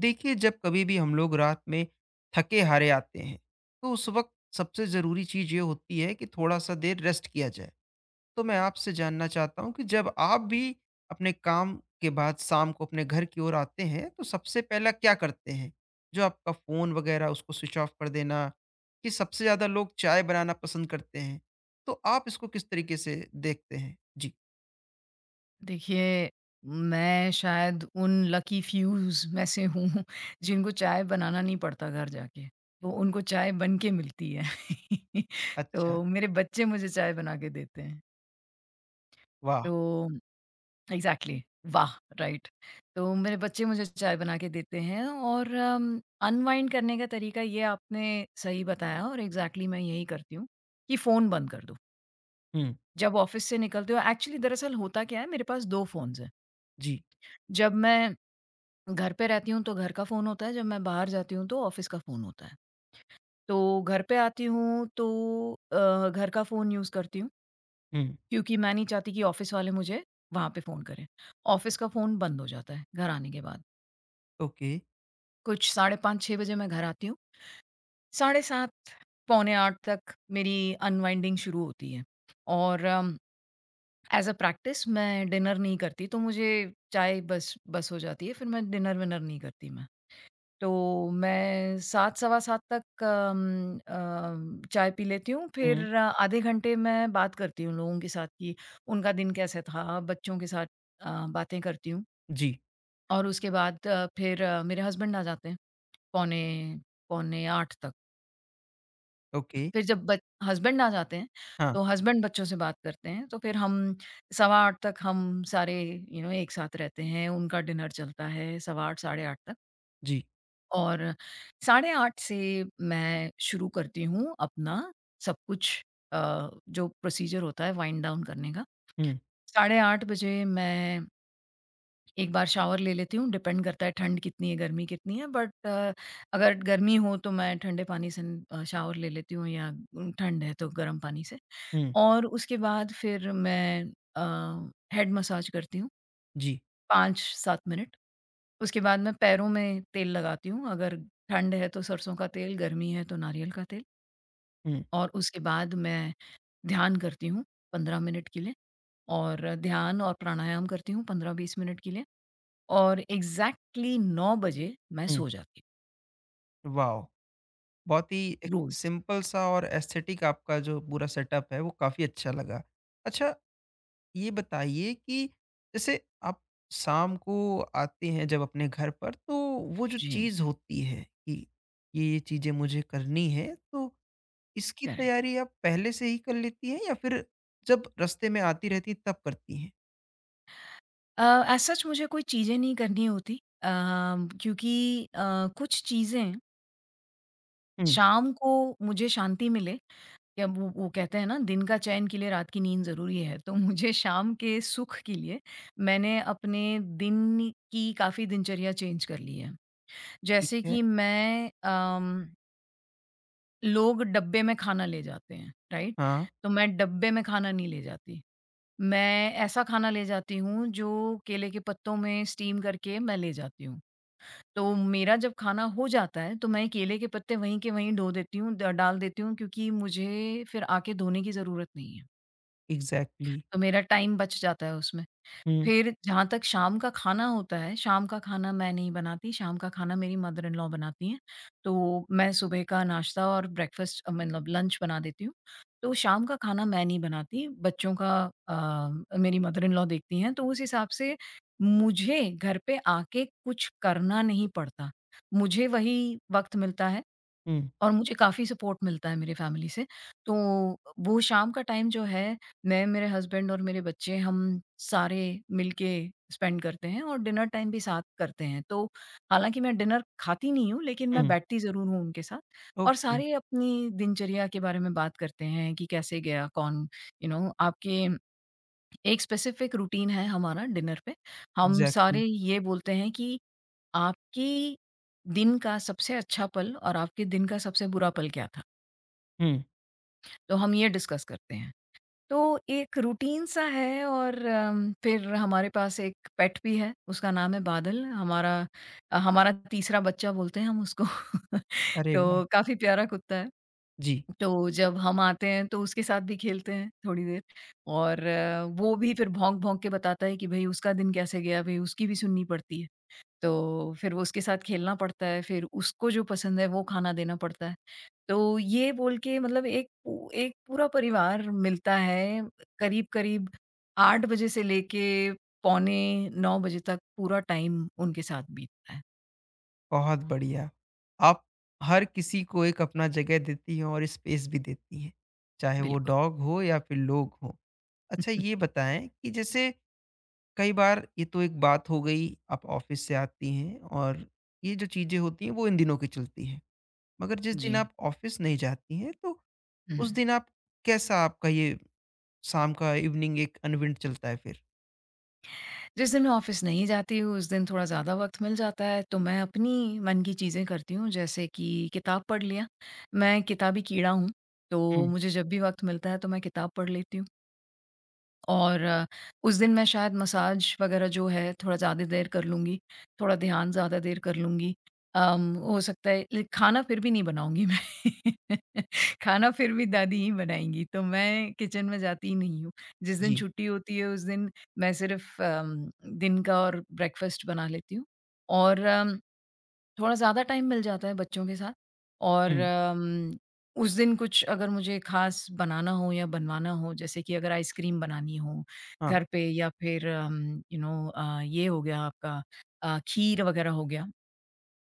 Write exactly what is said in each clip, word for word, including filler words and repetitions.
देखिए, जब कभी भी हम लोग रात में थके हारे आते हैं तो उस वक्त सबसे ज़रूरी चीज़ ये होती है कि थोड़ा सा देर रेस्ट किया जाए। तो मैं आपसे जानना चाहता हूँ कि जब आप भी अपने काम के बाद शाम को अपने घर की ओर आते हैं तो सबसे पहला क्या करते हैं? जो आपका फ़ोन वगैरह उसको स्विच ऑफ कर देना कि सबसे ज़्यादा लोग चाय बनाना पसंद करते हैं। तो आप इसको किस तरीके से देखते हैं जी? देखिए, मैं शायद उन लकी फ़्यूज़ में से हूँ जिनको चाय बनाना नहीं पड़ता घर जाके, वो उनको चाय बन के मिलती है। अच्छा। तो मेरे बच्चे मुझे चाय बना के देते हैं। वाह। तो एग्ज़ैक्टली, वाह! राइट। तो मेरे बच्चे मुझे चाय बना के देते हैं और अम, अनवाइंड करने का तरीका ये आपने सही बताया और एग्ज़ैक्टली मैं यही करती हूँ कि फ़ोन बंद कर दो। हुँ। जब ऑफ़िस से निकलते हो एक्चुअली दरअसल होता क्या है मेरे पास दो फ़ोन्स हैं। जी। जब मैं घर पे रहती हूँ तो घर का फ़ोन होता है, जब मैं बाहर जाती हूँ तो ऑफ़िस का फ़ोन होता है। तो घर पे आती हूँ तो अ, घर का फ़ोन यूज़ करती हूँ, हुँ। क्योंकि मैं नहीं चाहती कि ऑफ़िस वाले मुझे वहाँ पे फ़ोन करें। ऑफ़िस का फ़ोन बंद हो जाता है घर आने के बाद। ओके। कुछ साढ़े पाँच छह बजे मैं घर आती हूँ, साढ़े सात पौने आठ तक मेरी अनवाइंडिंग शुरू होती है। और अम, एज़ अ प्रैक्टिस मैं डिनर नहीं करती, तो मुझे चाय बस बस हो जाती है, फिर मैं डिनर विनर नहीं करती मैं। तो मैं सात सवा सात तक अम, अ, चाय पी लेती हूँ, फिर हुँ। अ, आधे घंटे मैं बात करती हूँ लोगों के साथ कि उनका दिन कैसे था, बच्चों के साथ अ, बातें करती हूँ जी। और उसके बाद अ, फिर अ, मेरे हस्बैंड आ जाते हैं, पौने पौने आठ तक। ओके। फिर जब बच हस्बैंड आ जाते हैं, हाँ। तो हस्बैंड बच्चों से बात करते हैं, तो फिर हम सवा आठ तक हम सारे यू नो एक साथ रहते हैं, उनका डिनर चलता है सवा आठ, साढ़े आठ तक। जी। और साढ़े आठ से मैं शुरू करती हूँ अपना सब कुछ अ, जो प्रोसीजर होता है वाइंड डाउन करने का। हुँ। साढ़े आठ बजे मैं एक बार शावर ले लेती हूँ, डिपेंड करता है ठंड कितनी है, गर्मी कितनी है बट अ, अगर गर्मी हो तो मैं ठंडे पानी से अ, शावर ले लेती हूँ या उम, ठंड है तो गर्म पानी से। हुँ। और उसके बाद फिर मैं अ, हेड मसाज करती हूँ जी। पाँच सात मिनट। उसके बाद मैं पैरों में तेल लगाती हूँ, अगर ठंड है तो सरसों का तेल, गर्मी है तो नारियल का तेल हुँ। और उसके बाद मैं ध्यान करती हूँ पंद्रह मिनट के लिए और ध्यान और प्राणायाम करती हूँ पंद्रह बीस मिनट के लिए और एग्ज़ैक्टली नौ बजे मैं हुँ। सो जाती वॉव! बहुत ही एक हूँ, रोज़। सिंपल सा और एस्थेटिक आपका जो पूरा सेटअप है, वो काफ़ी अच्छा लगा। अच्छा, ये बताइए कि जैसे आप शाम को आते हैं जब अपने घर पर, तो वो जो जी, चीज़ होती है कि ये-ये चीज़ें मुझे करनी है, तो इसकी करेक्ट। तैयारी आप पहले से ही कर लेती हैं या फिर जब रास्ते में आती रहती हैं, तब करती हैं? अ, एज़ सच मुझे कोई चीज़ें नहीं करनी होती अ, क्योंकि अ, कुछ चीज़ें हुँ। शाम को मुझे शांति मिले या वो वो कहते हैं ना दिन का चैन के लिए रात की नींद ज़रूरी है, तो मुझे शाम के सुख के लिए मैंने अपने दिन की काफ़ी दिनचर्या चेंज कर ली है। ठीक जैसे है। कि मैं अम, लोग डब्बे में खाना ले जाते हैं, राइट? हाँ। तो मैं डब्बे में खाना नहीं ले जाती। मैं ऐसा खाना ले जाती हूँ जो केले के पत्तों में स्टीम करके मैं ले जाती हूँ। तो मेरा जब खाना हो जाता है तो मैं केले के पत्ते वहीं के वहीं धो देती हूँ ड डाल देती हूँ क्योंकि मुझे फिर आके धोने की ज़रूरत नहीं है। एग्ज़ैक्टली। तो मेरा टाइम बच जाता है उसमें। हुँ। फिर जहाँ तक शाम का खाना होता है, शाम का खाना मैं नहीं बनाती, शाम का खाना मेरी मदर इन लॉ बनाती हैं। तो मैं सुबह का नाश्ता और ब्रेकफ़ास्ट अ, मतलब लंच बना देती हूँ। तो शाम का खाना मैं नहीं बनाती, बच्चों का अ, मेरी मदर इन लॉ देखती हैं। तो उस हिसाब से मुझे घर पे आके कुछ करना नहीं पड़ता। मुझे वही वक़्त मिलता है हुँ। और मुझे काफ़ी सपोर्ट मिलता है मेरे फैमिली से। तो वो शाम का टाइम जो है, मैं, मेरे हस्बैंड और मेरे बच्चे हम सारे मिल के स्पेंड करते हैं और डिनर टाइम भी साथ करते हैं। तो हालाँकि मैं डिनर खाती नहीं हूँ, लेकिन मैं हुँ। बैठती ज़रूर हूँ उनके साथ और ओके। सारे अपनी दिनचर्या के बारे में बात करते हैं कि कैसे गया, कौन यू नो आपके एक स्पेसिफिक रूटीन है हमारा डिनर पे। हम एग्ज़ैक्टली। सारे ये बोलते हैं कि आपकी दिन का सबसे अच्छा पल और आपके दिन का सबसे बुरा पल क्या था? हुँ। तो हम ये डिस्कस करते हैं। तो एक रूटीन सा है और अम, फिर हमारे पास एक पेट भी है, उसका नाम है बादल। हमारा अ, हमारा तीसरा बच्चा बोलते हैं हम उसको। अरे वाह! तो काफ़ी प्यारा कुत्ता है। जी। तो जब हम आते हैं तो उसके साथ भी खेलते हैं थोड़ी देर और अ, वो भी फिर भौंक-भौंक के बताता है कि भई उसका दिन कैसे गया, भई उसकी भी सुननी पड़ती है। तो फिर वो उसके साथ खेलना पड़ता है, फिर उसको जो पसंद है वो खाना देना पड़ता है। तो ये बोल के मतलब एक पू एक पूरा परिवार मिलता है करीब-करीब आठ बजे से लेके पौने नौ बजे तक पूरा टाइम उनके साथ बीतता है। बहुत बढ़िया। आप हर किसी को एक अपना जगह देती हैं और स्पेस भी देती हैं, चाहे वो बिल्कुल। डॉग हो या फिर लोग हों। अच्छा, ये बताएँ कि जैसे कई बार ये तो एक बात हो गई, आप ऑफ़िस से आती हैं और ये जो चीज़ें होती हैं वो इन दिनों की चलती हैं। मगर जिस जी। दिन आप ऑफ़िस नहीं जाती हैं तो हुँ। उस दिन आप कैसा आपका ये शाम का इवनिंग एक अनविन्ड चलता है फिर? जिस दिन मैं ऑफिस नहीं जाती हूँ उस दिन थोड़ा ज़्यादा वक़्त मिल जाता है तो मैं अपनी मन की चीज़ें करती हूँ जैसे कि किताब पढ़ लिया। मैं किताबी कीड़ा हूँ, तो हुँ। मुझे जब भी वक़्त मिलता है तो मैं किताब पढ़ लेती हूँ। और अ, उस दिन मैं शायद मसाज वग़ैरह जो है थोड़ा ज़्यादा देर कर लूँगी, थोड़ा ध्यान ज़्यादा देर कर लूँगी। अम, हो सकता है ले खाना फिर भी नहीं बनाऊँगी मैं। खाना फिर भी दादी ही बनाएँगी, तो मैं किचन में जाती ही नहीं हूँ। जिस दिन जी। छुट्टी होती है उस दिन मैं सिर्फ़ अम, दिन का और ब्रेकफ़ास्ट बना लेती हूँ और अम थोड़ा ज़्यादा टाइम मिल जाता है बच्चों के साथ और हुँ। अम, उस दिन कुछ अगर मुझे ख़ास बनाना हो या बनवाना हो, जैसे कि अगर आइसक्रीम बनानी हो हाँ। घर पे या फिर अम, यू नो अ, ये हो गया आपका अ, खीर वग़ैरह हो गया।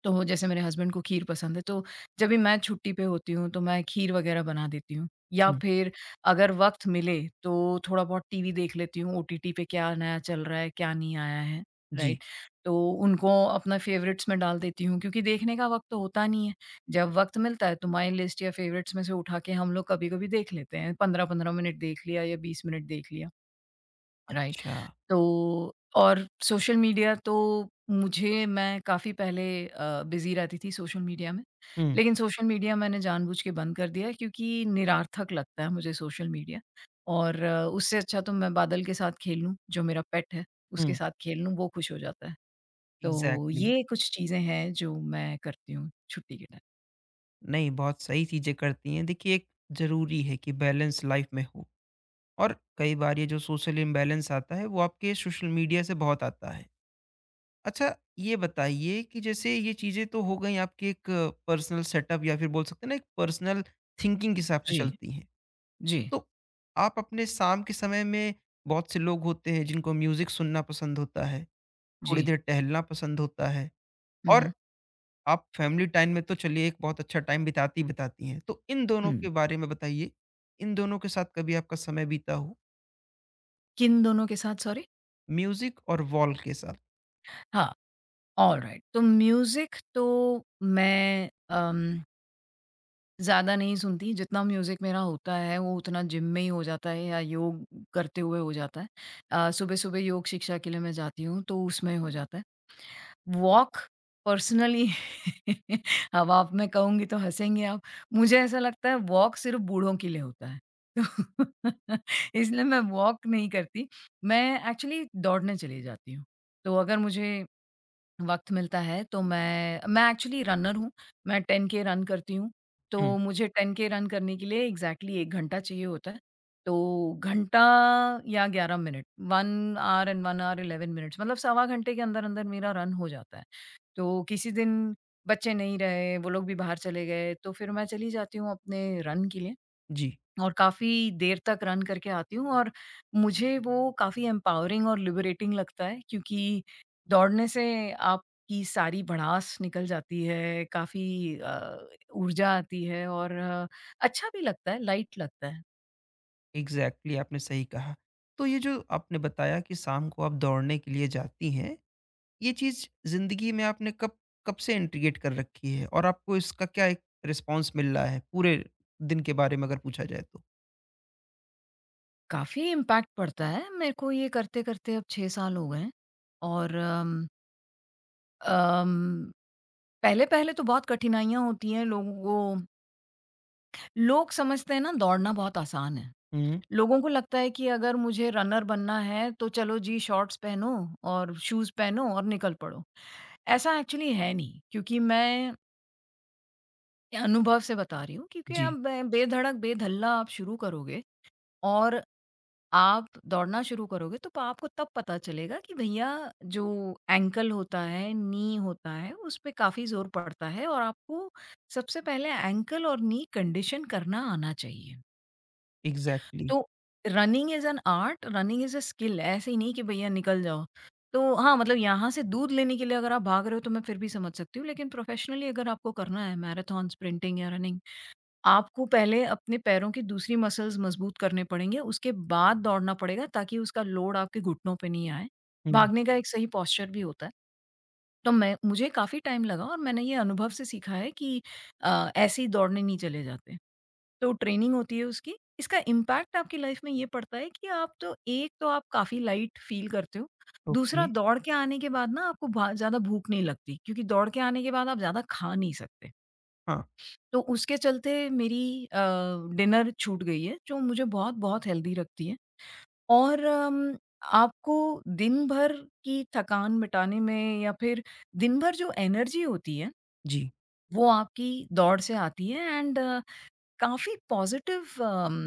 तो जैसे मेरे हस्बैंड को खीर पसंद है, तो जब भी मैं छुट्टी पे होती हूँ, तो मैं खीर वग़ैरह बना देती हूँ। या हुँ। फिर अगर वक़्त मिले, तो थोड़ा-बहुत टीवी देख लेती हूँ, ओटीटी पे क्या नया चल रहा है, क्या नहीं आया है, जी। राइट? तो उनको अपना फ़ेवरेट्स में डाल देती हूँ क्योंकि देखने का वक़्त तो होता नहीं है। जब वक़्त मिलता है, तो माई लिस्ट या फ़ेवरेट्स में से उठा के हम लोग कभी-कभी देख लेते हैं। पंद्रह पंद्रह मिनट देख लिया या बीस मिनट देख लिया, राइट? अच्छा। तो और सोशल मीडिया तो मुझे मैं काफ़ी पहले अ, बिज़ी रहती थी सोशल मीडिया में। लेकिन सोशल मीडिया मैंने जानबूझ के बंद कर दिया है क्योंकि निरर्थक लगता है मुझे सोशल मीडिया और अ, उससे अच्छा तो मैं बादल के साथ खेल लूँ, जो मेरा पेट है, उसके हुँ। साथ खेल लूँ, वो खुश हो जाता है। तो एग्ज़ैक्टली। ये कुछ चीज़ें हैं जो मैं करती हूँ छुट्टी के टाइम। नहीं, बहुत सही चीज़ें करती हैं। देखिए, एक ज़रूरी है कि बैलेंस लाइफ में हो और कई बार ये जो सोशल इम्बैलेंस आता है, वो आपके सोशल मीडिया से बहुत आता है। अच्छा, ये बताइए कि जैसे ये चीज़ें तो हो गई आपकी एक पर्सनल सेटअप या फिर बोल सकते हैं ना, एक पर्सनल थिंकिंग के हिसाब से जी, चलती हैं। जी, तो आप अपने शाम के समय में बहुत से लोग होते हैं, जिनको म्यूज़िक सुनना पसंद होता है, थोड़ी जी। देर टहलना पसंद होता है हुँ, और हुँ, आप फैमिली टाइम में तो चलिए एक बहुत अच्छा टाइम बिताती ही बिताती हैं। तो इन दोनों हुँ। के बारे में बताइए, इन दोनों के साथ कभी आपका समय बीता हो, किन दोनों के साथ सॉरी? म्यूज़िक और वॉल के साथ? हाँ, ऑलराइट। तो म्यूज़िक तो मैं अम ज़्यादा नहीं सुनती, जितना म्यूज़िक मेरा होता है वो उतना जिम में ही हो जाता है या योग करते हुए हो जाता है। अ, सुबह-सुबह योग शिक्षा के लिए मैं जाती हूँ तो उसमें हो जाता है। वॉक पर्सनली अब आप मैं कहूँगी तो हँसेंगे आप, मुझे ऐसा लगता है वॉक सिर्फ़ बूढ़ों के लिए होता है। तो इसलिए मैं वॉक नहीं करती, मैं एक्चुअली दौड़ने चली जाती हूँ। तो अगर मुझे वक़्त मिलता है तो मैं मैं एक्चुअली रनर हूँ, मैं 10 के रन करती हूँ, हुँ। तो मुझे 10 के रन करने के लिए एग्ज़ैक्टली एक घंटा चाहिए होता है। तो घंटा या ग्यारह minute one hour and one hour eleven minutes मतलब सवा घंटे के अंदर-अंदर मेरा रन हो जाता है। तो किसी दिन बच्चे नहीं रहे, वो लोग भी बाहर चले गए, तो फिर मैं चली जाती हूँ अपने रन के लिए। जी। और काफ़ी देर तक रन करके आती हूँ और मुझे वो काफ़ी एम्पावरिंग और लिबरेटिंग लगता है क्योंकि दौड़ने से आपकी सारी भड़ास निकल जाती है, काफ़ी अ, ऊर्जा आती है और अ, अच्छा भी लगता है, लाइट लगता है। एग्ज़ैक्टली आपने सही कहा। तो ये जो आपने बताया कि शाम को आप दौड़ने के लिए जाती हैं, ये चीज़ ज़िंदगी में आपने कब कब से इंटीग्रेट कर रखी है और आपको इसका क्या एक रिस्पॉन्स मिल रहा है, पूरे दिन के बारे में अगर पूछा जाए तो? काफ़ी इम्पैक्ट पड़ता है, मेरे को ये करते-करते अब छह साल हो गए हैं और अम अम, पहले-पहले तो बहुत कठिनाइयाँ होती हैं लोगों को लोग समझते हैं ना दौड़ना बहुत आसान है। हुँ। लोगों को लगता है कि अगर मुझे रनर बनना है तो चलो जी शॉर्ट्स पहनो और शूज़ पहनो और निकल पड़ो। ऐसा एक्चुअली है नहीं क्योंकि मैं अनुभव से बता रही हूँ क्योंकि आप जी। बे बेधड़क, बेधल्ला आप शुरू करोगे और आप दौड़ना शुरू करोगे तो प आपको तब पता चलेगा कि भैया जो एंकल होता है, नी होता है, उस पे काफ़ी ज़ोर पड़ता है और आपको सबसे पहले एंकल और नी कंडीशन करना आना चाहिए। एग्ज़ैक्टली। तो running is an art, running is a skill ऐसे ही नहीं कि भैया निकल जाओ। तो हाँ, मतलब यहाँ से दूध लेने के लिए अगर आप भाग रहे हो तो मैं फिर भी समझ सकती हूँ, लेकिन प्रोफ़ेशनली अगर आपको करना है मैराथन, स्प्रिंटिंग या रनिंग, आपको पहले अपने पैरों की दूसरी मसल्स मज़बूत करने पड़ेंगे, उसके बाद दौड़ना पड़ेगा ताकि उसका लोड आपके घुटनों पे नहीं आए। हुँ। भागने का एक सही पोस्चर भी होता है। तो मैं मुझे काफ़ी टाइम लगा और मैंने ये अनुभव से सीखा है कि अ, ऐसे ही दौड़ने नहीं चले जाते। तो ट्रेनिंग होती है उसकी। इसका इम्पैक्ट आपकी लाइफ़ में ये पड़ता है कि आप तो एक तो आप काफ़ी लाइट फ़ील करते हो। दूसरा ओके। दौड़ के आने के बाद ना आपको भा ज़्यादा भूख नहीं लगती क्योंकि दौड़ के आने के बाद आप ज़्यादा खा नहीं सकते। हाँ। तो उसके चलते मेरी अ, डिनर छूट गई है जो मुझे बहुत-बहुत हेल्दी रखती है। और अम, आपको दिन भर की थकान मिटाने में या फिर दिन भर जो एनर्जी होती है, जी। वो आपकी दौड़ से आती है एंड काफ़ी पॉज़िटिव अम,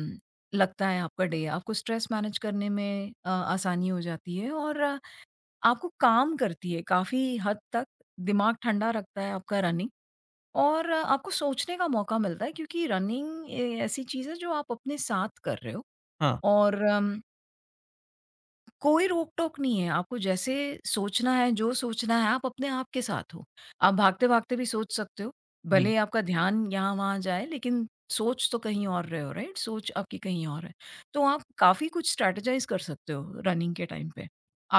लगता है आपका डे। आपको स्ट्रेस मैनेज करने में अ, आसानी हो जाती है और अ, आपको काम करती है काफ़ी हद तक, दिमाग ठंडा रखता है आपका रनिंग और अ, आपको सोचने का मौका मिलता है क्योंकि रनिंग ए ऐसी चीज़ है जो आप अपने साथ कर रहे हो हाँ। और कोई रोक-टोक नहीं है, आपको जैसे सोचना है, जो सोचना है, आप अपने आप के साथ हो। आप भागते-भागते भी सोच सकते हो, भले जी। ही आपका ध्यान यहाँ-वहाँ जाए लेकिन सोच तो कहीं और रहे हो राइट? सोच आपकी कहीं और है। तो आप काफ़ी कुछ स्ट्रैटेजाइज़ कर सकते हो रनिंग के टाइम पे।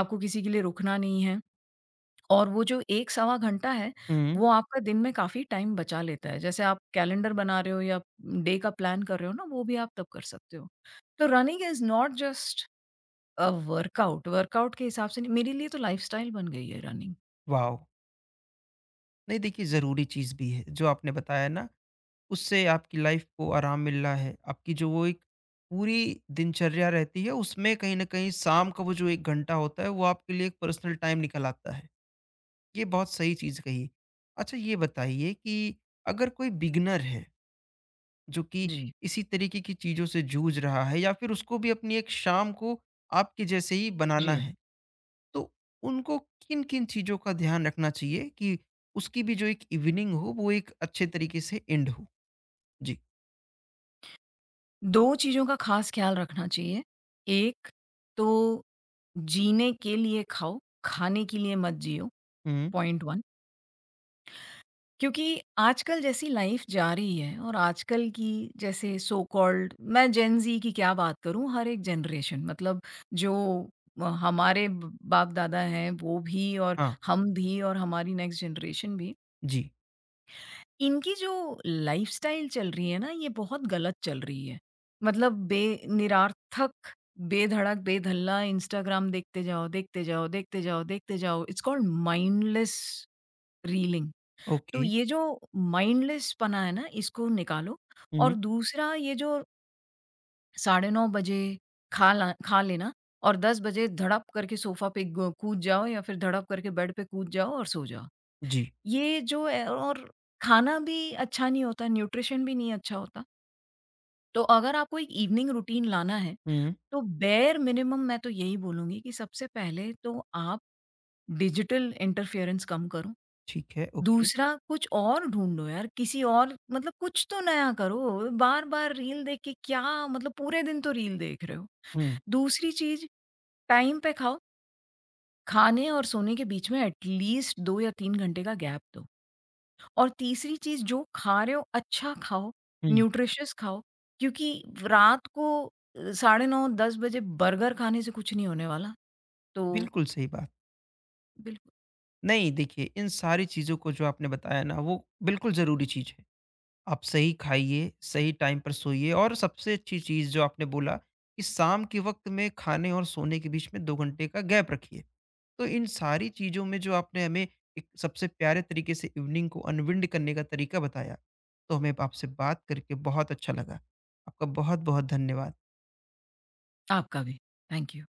आपको किसी के लिए रुकना नहीं है और वो जो एक सवा घंटा है, हुँ। वो आपका दिन में काफ़ी टाइम बचा लेता है। जैसे आप कैलेंडर बना रहे हो या डे का प्लान कर रहे हो ना, वो भी आप तब कर सकते हो। तो running is not just a, workout, workout के हिसाब से नहीं मेरे लिए तो लाइफ़स्टाइल बन गई है रनिंग। वाओ! नहीं, देखिए ज़रूरी चीज़ भी है, जो आपने बताया ना उससे आपकी लाइफ़ को आराम मिल रहा है। आपकी जो वो एक पूरी दिनचर्या रहती है उसमें कहीं न कहीं शाम का वो जो एक घंटा होता है वो आपके लिए एक पर्सनल टाइम निकल आता है। ये बहुत सही चीज़ कही। अच्छा, ये बताइए कि अगर कोई बिगिनर है जो कि जी, इसी तरीके की चीज़ों से जूझ रहा है या फिर उसको भी अपनी एक शाम को आपके जैसे ही जी। बनाना है, तो उनको किन-किन चीज़ों का ध्यान रखना चाहिए कि उसकी भी जो एक इवनिंग हो वो एक अच्छे तरीके से एंड हो? जी। दो चीज़ों का ख़ास ख़्याल रखना चाहिए। एक तो जीने के लिए खाओ, खाने के लिए मत जियो, हुँ। पॉइंट एक। क्योंकि आजकल जैसी लाइफ़ जा रही है और आजकल की जैसे सो कॉल्ड मैं जेन ज़ी की क्या बात करूँ, हर एक जनरेशन मतलब जो अ, हमारे ब बाप-दादा हैं वो भी और हाँ। हम भी और हमारी नेक्स्ट जनरेशन भी जी। इनकी जो लाइफ़स्टाइल चल रही है ना, ये बहुत गलत चल रही है। मतलब बे निरार्थक, बेधड़क, बेधल्ला इंस्टाग्राम देखते जाओ, देखते जाओ, देखते जाओ, देखते जाओ। It's called mindless reeling. Okay. तो ये जो माइंडलेस पना है ना, इसको निकालो और हुँ। दूसरा ये जो साढ़े नौ बजे खा ला खा लेना और दस बजे धड़प करके सोफ़ा पे ग कूद जाओ या फिर धड़प करके बेड पे कूद जाओ और सो जाओ। जी। ये जो है और खाना भी अच्छा नहीं होता, न्यूट्रिशन भी नहीं अच्छा होता। तो अगर आपको एक इवनिंग रूटीन लाना है, हुँ। तो बेयर मिनिमम मैं तो यही बोलूँगी कि सबसे पहले तो आप डिजिटल इंटरफेरेंस कम करो। ठीक है। ओके। दूसरा कुछ और ढूँढो यार, किसी और मतलब कुछ तो नया करो। बार-बार रील देख के क्या मतलब पूरे दिन तो रील देख रहे हो। हुँ। दूसरी चीज़ टाइम पे खाओ, खाने और सोने के बीच में एटलीस्ट दो या तीन घंटे का गैप दो। और तीसरी चीज़ जो खा रहे हो अच्छा खाओ, हुँ। न्यूट्रिशियस खाओ, क्योंकि रात को अ, साढ़े नौ दस बजे बर्गर खाने से कुछ नहीं होने वाला। तो बिल्कुल सही बात। बिल्कुल, नहीं, देखिए, इन सारी चीज़ों को जो आपने बताया ना वो बिल्कुल ज़रूरी चीज़ है। आप सही खाइए, सही टाइम पर सोइए और सबसे अच्छी चीज़ जो आपने बोला कि शाम के वक़्त में खाने और सोने के बीच में दो घंटे का गैप रखिए। तो इन सारी चीज़ों में जो आपने हमें एक सबसे प्यारे तरीके से इवनिंग को अनविंड करने का तरीका बताया, तो हमें आपसे बात करके बहुत अच्छा लगा। आपका बहुत-बहुत धन्यवाद। आपका भी। Thank you.